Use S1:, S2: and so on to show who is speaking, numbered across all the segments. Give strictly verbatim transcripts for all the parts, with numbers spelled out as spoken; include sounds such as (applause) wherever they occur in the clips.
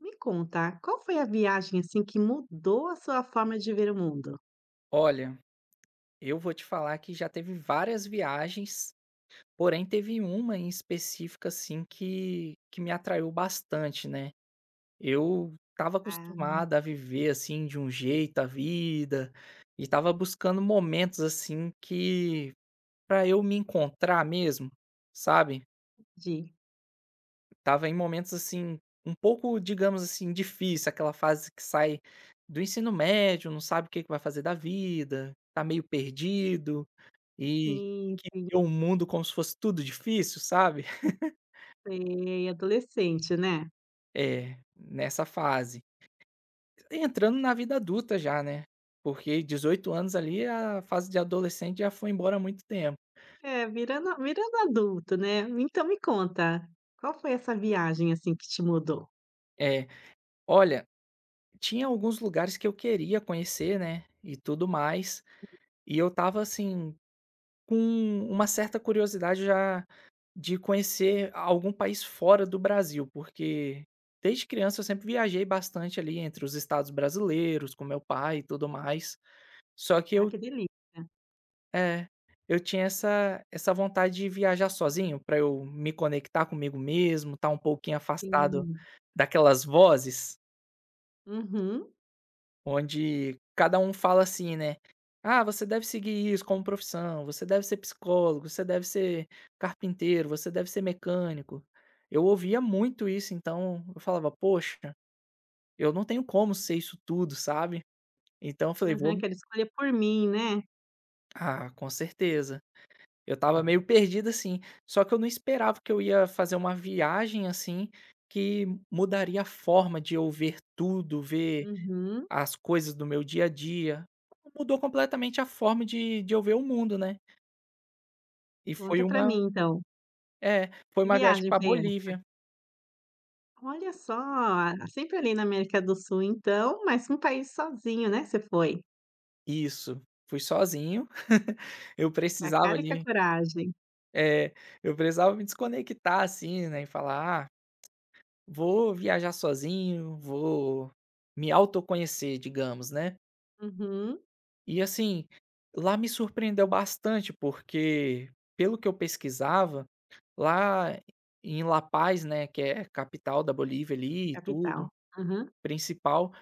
S1: Me conta, qual foi a viagem, assim, que mudou a sua forma de ver o mundo?
S2: Olha, eu vou te falar que já teve várias viagens, porém teve uma em específica assim que que me atraiu bastante, né. Eu estava
S1: Ah,
S2: acostumado a viver, assim, de um jeito a vida, e estava buscando momentos, assim, que para eu me encontrar mesmo, sabe.
S1: entendi.
S2: Tava em momentos, assim, um pouco, digamos assim, difícil, aquela fase que sai do ensino médio, não sabe o que que vai fazer da vida, tá meio perdido. E
S1: Sim,
S2: que
S1: sim,
S2: vê o mundo como se fosse tudo difícil, sabe. (laughs)
S1: sei, adolescente, né.
S2: É, nessa fase. Entrando na vida adulta já, né, porque dezoito anos ali a fase de adolescente já foi embora há muito tempo.
S1: É, virando virando adulto, né. Então me conta, qual foi essa viagem, assim, que te mudou?
S2: É. Olha, tinha alguns lugares que eu queria conhecer, né, e tudo mais, e eu tava assim, com uma certa curiosidade já de conhecer algum país fora do Brasil, porque desde criança eu sempre viajei bastante ali entre os estados brasileiros com meu pai e tudo mais. Só que
S1: Ah,
S2: eu
S1: que delícia.
S2: é, eu tinha essa essa vontade de viajar sozinho pra eu me conectar comigo mesmo, estar um pouquinho afastado
S1: Sim.
S2: daquelas vozes
S1: Uhum.
S2: onde cada um fala assim, né: "Ah, você deve seguir isso como profissão, você deve ser psicólogo, você deve ser carpinteiro, você deve ser mecânico". Eu ouvia muito isso, então eu falava: "Poxa, eu não tenho como ser isso tudo", sabe. Então eu falei: "Vou".
S1: Aham, "Quero escolher por mim", né.
S2: Ah, com certeza. Eu estava meio perdido, assim, só que eu não esperava que eu ia fazer uma viagem, assim, que mudaria a forma de eu ver tudo, ver
S1: Uhum.
S2: as coisas do meu dia a dia. Mudou completamente a forma de de eu ver o mundo, né. E foi
S1: Conta pra
S2: uma
S1: mim, então.
S2: é, foi
S1: Que
S2: uma viagem
S1: viagem
S2: pra
S1: foi essa?
S2: Bolívia.
S1: Olha só, sempre ali na América do Sul, então, mas um país sozinho, né, você foi?
S2: Isso. Fui sozinho. (laughs) Eu
S1: A
S2: precisava
S1: cara e a
S2: ali
S1: coragem.
S2: é, eu precisava me desconectar, assim, né, e falar: "Ah, vou viajar sozinho, vou me autoconhecer", digamos, né.
S1: Uhum.
S2: E assim, lá me surpreendeu bastante, porque pelo que eu pesquisava, lá em La Paz, né, que é capital da Bolívia
S1: A
S2: ali e
S1: capital.
S2: tudo,
S1: Aham.
S2: principal,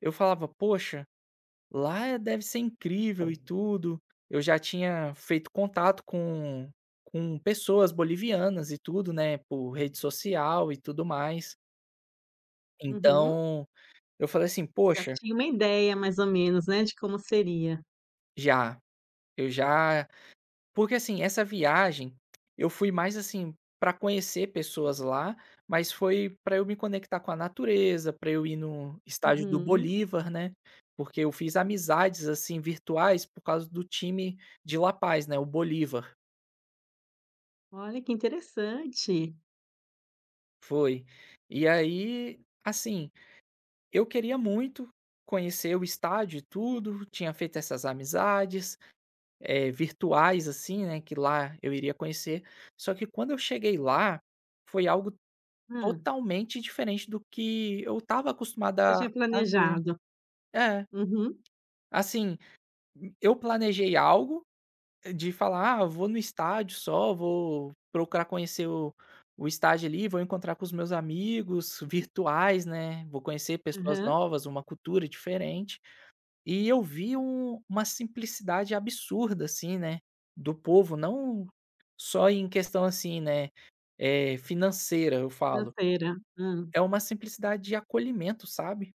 S2: eu falava: "Poxa, lá é deve ser incrível e tudo". Eu já tinha feito contato com com pessoas bolivianas e tudo, né, por rede social e tudo mais.
S1: Uhum.
S2: Então, eu falei assim:
S1: Já
S2: "Poxa".
S1: tinha uma ideia mais ou menos, né, de como seria.
S2: Já, eu já. Porque, assim, essa viagem, eu fui mais, assim, para conhecer pessoas lá, mas foi para eu me conectar com a natureza, para eu ir no estádio do
S1: Uhum.
S2: Bolívar, né, porque eu fiz amizades, assim, virtuais por causa do time de La Paz, né, o Bolívar,
S1: Olha que interessante.
S2: foi. E aí, assim, eu queria muito conhecer o estádio e tudo, tinha feito essas amizades, eh, virtuais, assim, né, que lá eu iria conhecer, só que quando eu cheguei lá, foi algo
S1: Hã.
S2: totalmente diferente do que eu estava
S1: Você
S2: acostumada
S1: tinha
S2: a ver.
S1: planejado?
S2: É,
S1: Uhum.
S2: assim, eu planejei algo eh, de falar: "Ah, vou no estádio só, vou procurar conhecer o o estádio ali, vou encontrar com os meus amigos virtuais, né, vou conhecer pessoas
S1: Aham.
S2: novas, uma cultura diferente". E eu vi um uma simplicidade absurda, assim, né, do povo, não só em questão, assim, né, eh, financeira eu falo.
S1: Financeira. Hã.
S2: É uma simplicidade de acolhimento, sabe.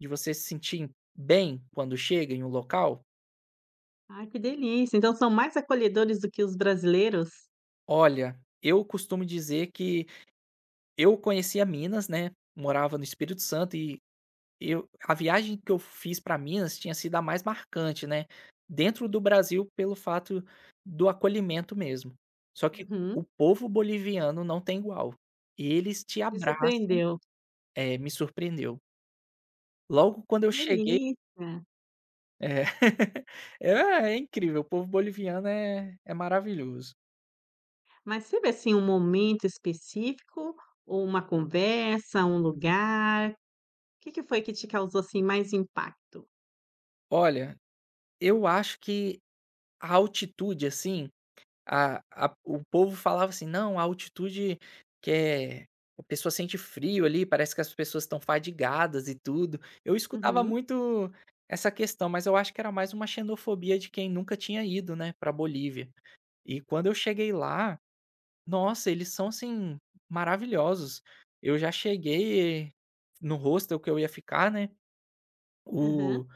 S2: De você se sentir bem quando chega em um local.
S1: Ai, que delícia. Então são mais acolhedores do que os brasileiros?
S2: Olha, eu costumo dizer que eu conhecia Minas, né, morava no Espírito Santo e eu a viagem que eu fiz para Minas tinha sido a mais marcante, né, dentro do Brasil pelo fato do acolhimento mesmo. Só que
S1: Uhum.
S2: o povo boliviano não tem igual. Eles te
S1: Te
S2: abraçam
S1: surpreendeu.
S2: é, me surpreendeu. Logo quando
S1: Que
S2: eu cheguei.
S1: delícia.
S2: É. (laughs) É, é incrível, o povo boliviano é é maravilhoso.
S1: Mas teve, assim, um momento específico ou uma conversa, um lugar? Que que foi que te causou, assim, mais impacto?
S2: Olha, eu acho que a altitude, assim, a a o povo falava assim: "Não, a altitude que é a pessoa sente frio ali, parece que as pessoas estão fadigadas e tudo". Eu escutava
S1: Uhum,
S2: muito essa questão, mas eu acho que era mais uma xenofobia de quem nunca tinha ido, né, pra Bolívia. E quando eu cheguei lá nossa, eles são, assim, maravilhosos. Eu já cheguei no hostel que eu ia ficar, né,
S1: aham.
S2: o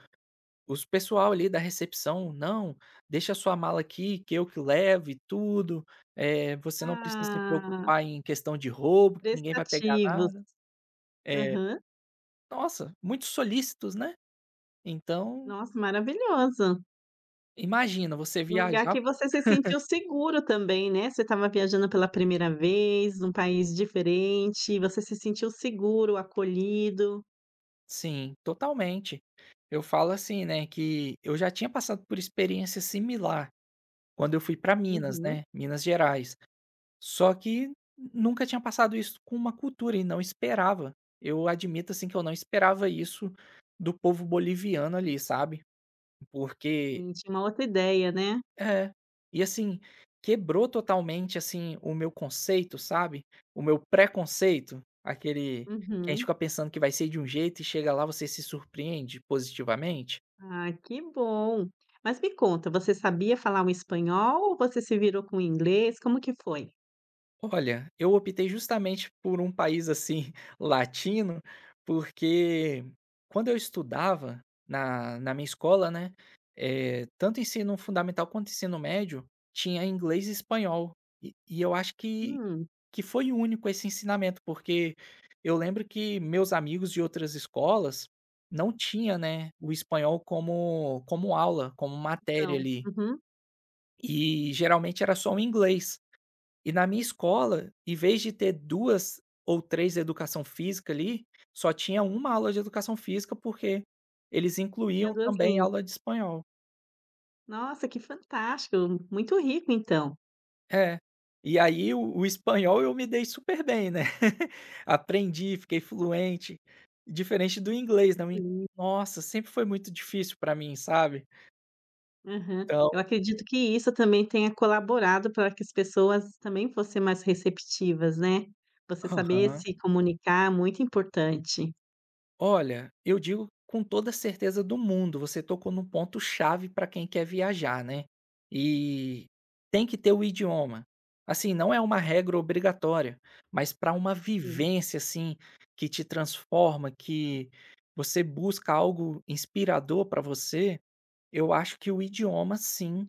S2: os pessoal ali da recepção: "Não, deixa sua mala aqui que eu que levo e tudo, eh, você não precisa se
S1: Ah,
S2: preocupar em questão de roubo, que ninguém vai pegar
S1: prestativos.
S2: nada". É,
S1: Aham.
S2: nossa, muito solícitos, né. Então,
S1: Nossa, maravilhoso.
S2: imagina você
S1: E um lugar
S2: viajar.
S1: que você se sentiu seguro também, né, você estava viajando pela primeira vez, num país diferente, você se sentiu seguro, acolhido.
S2: Sim, totalmente. Eu falo assim, né, que eu já tinha passado por experiência similar quando eu fui para Minas,
S1: Uhum.
S2: né, Minas Gerais. Só que nunca tinha passado isso com uma cultura e não esperava. Eu admito, assim, que eu não esperava isso do povo boliviano ali, sabe. Porque
S1: Sim, tinha uma outra ideia, né.
S2: é. E assim, quebrou totalmente, assim, o meu conceito, sabe, o meu preconceito, aquele que a gente
S1: Uhum.
S2: fica pensando que vai ser de um jeito e chega lá, você se surpreende positivamente.
S1: Ah, que bom. Mas me conta, você sabia falar o espanhol ou você se virou com o inglês? Como que foi?
S2: Olha, eu optei justamente por um país assim (laughs) latino, porque quando eu estudava na, na minha escola, né, eh, tanto ensino fundamental quanto ensino médio, tinha inglês e espanhol. E, e eu acho que,
S1: Hum,
S2: que foi único esse ensinamento, porque eu lembro que meus amigos de outras escolas não tinha, né, o espanhol como, como aula, como matéria
S1: então.
S2: ali.
S1: Uhum.
S2: E geralmente era só o inglês. E na minha escola, em vez de ter duas ou três educação física ali, só tinha uma aula de educação física, porque eles
S1: Tinha
S2: incluíam
S1: duas
S2: também
S1: línguas.
S2: aula de espanhol.
S1: Nossa, que fantástico! Muito rico então.
S2: É. E aí o o espanhol eu me dei super bem, né. (laughs) Aprendi, fiquei fluente, diferente do inglês, né, o in
S1: Sim.
S2: nossa, sempre foi muito difícil para mim, sabe.
S1: Aham. Eu
S2: Então
S1: acredito que isso também tenha colaborado para que as pessoas também fossem mais receptivas, né. Você saber
S2: aham.
S1: se comunicar é muito importante.
S2: Olha, eu digo com toda certeza do mundo, você tocou num ponto chave para quem quer viajar, né. E tem que ter o idioma. Assim, não é uma regra obrigatória, mas para uma
S1: Sim,
S2: vivência, assim, que te transforma, que você busca algo inspirador para você, eu acho que o idioma sim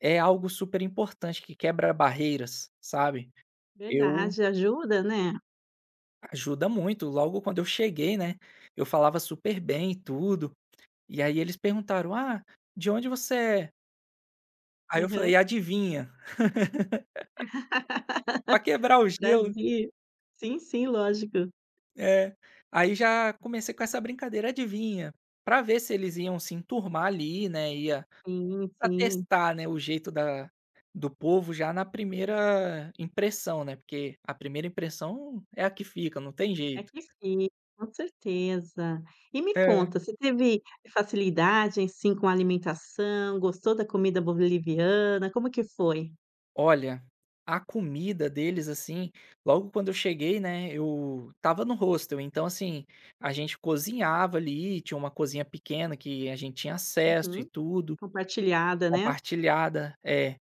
S2: é algo super importante que quebra barreiras, sabe. Eu
S1: verdade, ajuda, né.
S2: ajuda muito, logo quando eu cheguei, né, eu falava super bem e tudo e aí eles perguntaram: "Ah, de onde você é?". Aí eu falei:
S1: Aham.
S2: "Adivinha?".
S1: (laughs)
S2: Pra quebrar o gelo
S1: Brasil. Sim, sim, lógico.
S2: é. Aí já comecei com essa brincadeira: "Adivinha?". Pra ver se eles iam se enturmar ali, né, ia
S1: Sim,
S2: pra
S1: sim.
S2: testar, né, o jeito da do povo já na primeira impressão, né, porque a primeira impressão é a que fica, não tem
S1: É
S2: jeito.
S1: que sim, com certeza. E me
S2: É.
S1: conta, você teve facilidade, assim, com a alimentação? Gostou da comida boliviana? Como que foi?
S2: Olha, a comida deles, assim, logo quando eu cheguei, né, eu tava no hostel, então, assim, a gente cozinhava ali, tinha uma cozinha pequena que a gente tinha acesso e
S1: Uhum.
S2: tudo,
S1: Compartilhada, né.
S2: compartilhada, é.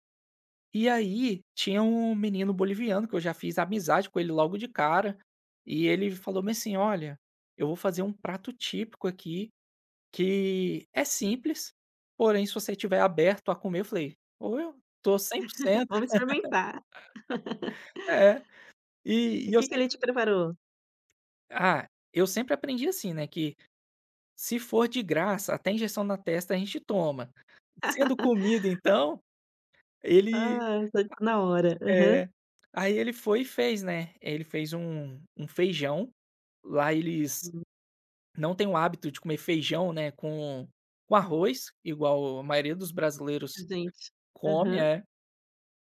S2: E aí tinha um menino boliviano que eu já fiz amizade com ele logo de cara, e ele falou bem assim: "Olha, eu vou fazer um prato típico aqui que é simples, porém se você estiver aberto a comer", eu falei: ou eu tô cem por
S1: (laughs)
S2: cento,
S1: Vamos
S2: (laughs)
S1: experimentar.
S2: é. E
S1: E
S2: e
S1: o
S2: eu
S1: que que ele
S2: sempre
S1: te preparou?
S2: ah, eu sempre aprendi assim, né, que se for de graça, até injeção na testa a gente toma. Sendo comida então, ele
S1: Ah, tá na hora. Aham.
S2: é, aí ele foi e fez, né, ele fez um um feijão, lá eles
S1: Hum,
S2: não têm o hábito de comer feijão, né, com com arroz, igual a maioria dos brasileiros
S1: gente.
S2: come,
S1: Aham,
S2: é.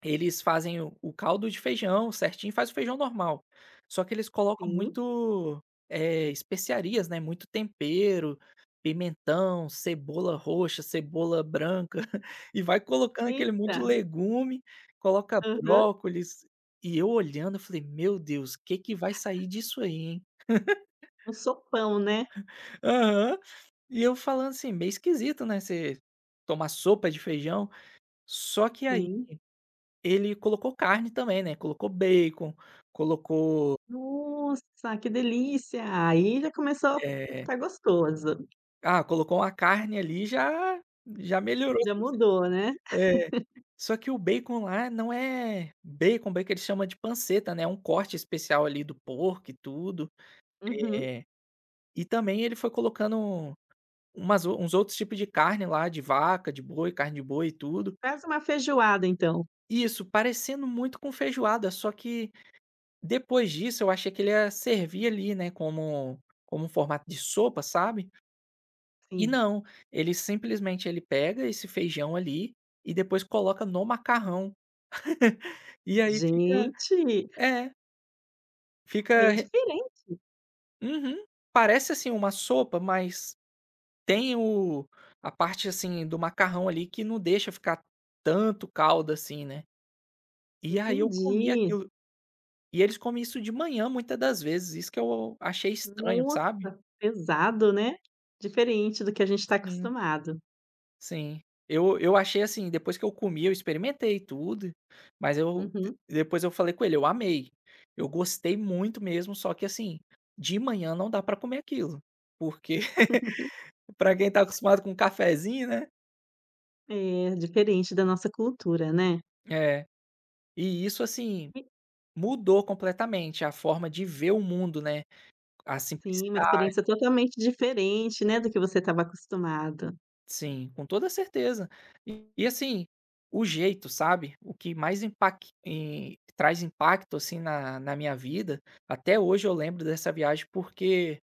S2: Eles fazem o o caldo de feijão certinho, faz o feijão normal, só que eles colocam
S1: sim.
S2: muito, eh, especiarias, né, muito tempero, pimentão, cebola roxa, cebola branca, (laughs) e vai colocando aquele monte de
S1: Eita.
S2: legume, coloca
S1: Aham.
S2: brócolis, e eu olhando eu falei: "Meu Deus, o que que vai sair disso aí, hein?".
S1: Um sopão, né.
S2: Aham. E eu falando assim, meio esquisito, né, você tomar sopa de feijão, só que aí
S1: Sim.
S2: ele colocou carne também, né, colocou bacon, colocou,
S1: Nossa, que delícia! Aí já começou a
S2: eh,
S1: ficar gostoso.
S2: ah, colocou uma carne ali já já melhorou
S1: Já
S2: cem por cento.
S1: mudou, né.
S2: É. Só que o bacon lá não é bacon, bacon eles chamam de panceta, né, é um corte especial ali do porco e tudo.
S1: Uhum.
S2: Eh, e também ele foi colocando umas o- uns outros tipos de carne lá, de vaca, de boi, carne de boi e tudo.
S1: Faz uma feijoada então.
S2: Isso, parecendo muito com feijoada, só que depois disso, eu achei que ele ia servir ali, né, como como um formato de sopa, sabe. E
S1: Sim.
S2: não, ele simplesmente ele pega esse feijão ali e depois coloca no macarrão. (laughs) E aí fica
S1: Gente,
S2: é, fica
S1: bem
S2: re
S1: diferente,
S2: uhum. Parece, assim, uma sopa, mas tem o a parte, assim, do macarrão ali que não deixa ficar tanto caldo, assim, né. E aí eu comi
S1: entendi.
S2: aquilo. E eles comem isso de manhã muitas das vezes, isso que eu achei estranho,
S1: Nossa,
S2: sabe.
S1: pesado, né. Diferente do que a gente está
S2: Sim.
S1: acostumado.
S2: Sim. Eu eu achei assim, depois que eu comi, eu experimentei tudo, mas eu de
S1: Uhum.
S2: depois eu falei com ele: "Eu amei, eu gostei muito mesmo, só que assim, de manhã não dá pra comer aquilo", porque (laughs) pra quem tá acostumado com um cafezinho, né.
S1: É, diferente da nossa cultura, né.
S2: É. E isso assim,
S1: E
S2: mudou completamente a forma de ver o mundo, né, a
S1: sim, uma
S2: simplicidade.
S1: experiência totalmente diferente, né, do que você estava acostumado.
S2: Sim, com toda certeza. E e assim, o jeito, sabe, o que mais impac e traz impacto, assim, na na minha vida, até hoje eu lembro dessa viagem, porque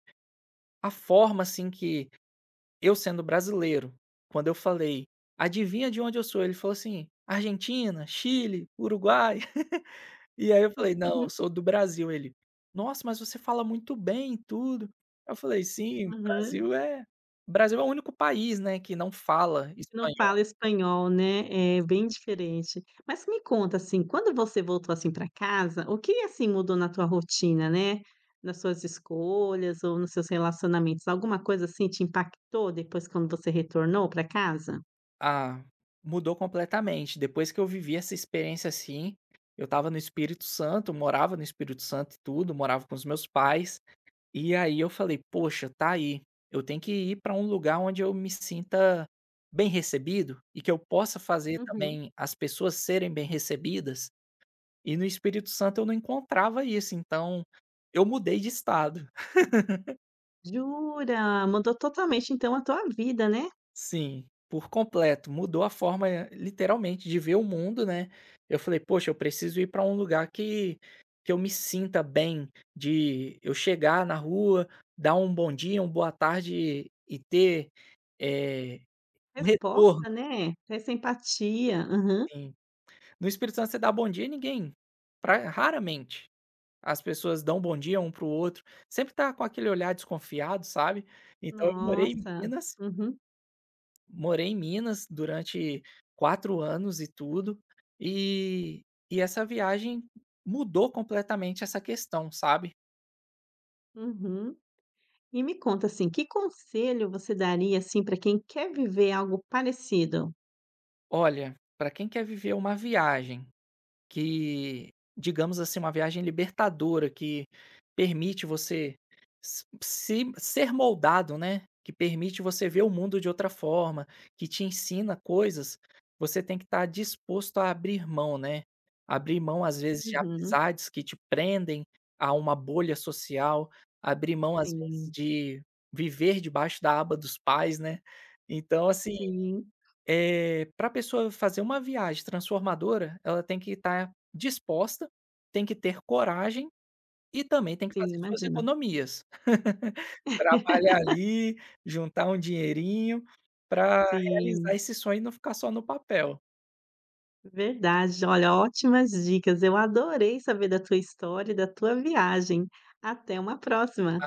S2: a forma, assim, que eu sendo brasileiro, quando eu falei: "Adivinha de onde eu sou?", ele falou assim: "Argentina, Chile, Uruguai". (laughs) E aí eu falei: "Não,
S1: Uhum.
S2: eu sou do Brasil". Ele: "Nossa, mas você fala muito bem e tudo". Eu falei: "Sim, o
S1: Aham.
S2: Brasil é Brasil é o único país, né, que não fala".
S1: Não fala espanhol, né, é bem diferente. Mas me conta, assim, quando você voltou, assim, para casa, o que, assim, mudou na tua rotina, né, nas suas escolhas ou nos seus relacionamentos? Alguma coisa, assim, te impactou depois quando você retornou para casa?
S2: Ah, mudou completamente. Depois que eu vivi essa experiência assim, eu estava no Espírito Santo, morava no Espírito Santo e tudo, morava com os meus pais. E aí eu falei: "Poxa, tá aí. Eu tenho que ir pra um lugar onde eu me sinta bem recebido e que eu possa fazer
S1: Uhum.
S2: também as pessoas serem bem recebidas". E no Espírito Santo eu não encontrava isso, então eu mudei de estado.
S1: Jura? Mudou totalmente, então, a tua vida, né.
S2: Sim, por completo. Mudou a forma, eh, literalmente, de ver o mundo, né. Eu falei: "Poxa, eu preciso ir para um lugar que que eu me sinta bem, de eu chegar na rua, dar um bom dia, um boa tarde e ter, eh, um retorno,
S1: Resposta, né, essa empatia. Aham.
S2: assim". No Espírito Santo você dá bom dia, a ninguém pra raramente as pessoas dão bom dia um para o outro, sempre tá com aquele olhar desconfiado, sabe. Então eu morei em
S1: Nossa.
S2: Minas.
S1: Uhum,
S2: Morei em Minas durante quatro anos e tudo, e e essa viagem mudou completamente essa questão, sabe.
S1: uhum. E me conta, assim, que conselho você daria, assim, para quem quer viver algo parecido?
S2: Olha, para quem quer viver uma viagem que, digamos assim, uma viagem libertadora que permite você s se ser moldado, né, que permite você ver o mundo de outra forma, que te ensina coisas, você tem que estar disposto a abrir mão, né. Abrir mão, às vezes, de
S1: Uhum.
S2: amizades que te prendem a uma bolha social, abrir mão, às vezes,
S1: Sim,
S2: de viver debaixo da aba dos pais, né. Então, assim
S1: sim,
S2: eh, para a pessoa fazer uma viagem transformadora, ela tem que estar disposta, tem que ter coragem e também tem que
S1: sim,
S2: fazer suas
S1: Imagina.
S2: economias. (laughs)
S1: (laughs)
S2: Trabalhar ali, juntar um dinheirinho para realizar
S1: Sim,
S2: esse sonho e não ficar só no papel.
S1: verdade. Olha, ótimas dicas. Eu adorei saber da tua história e da tua viagem. Até uma próxima.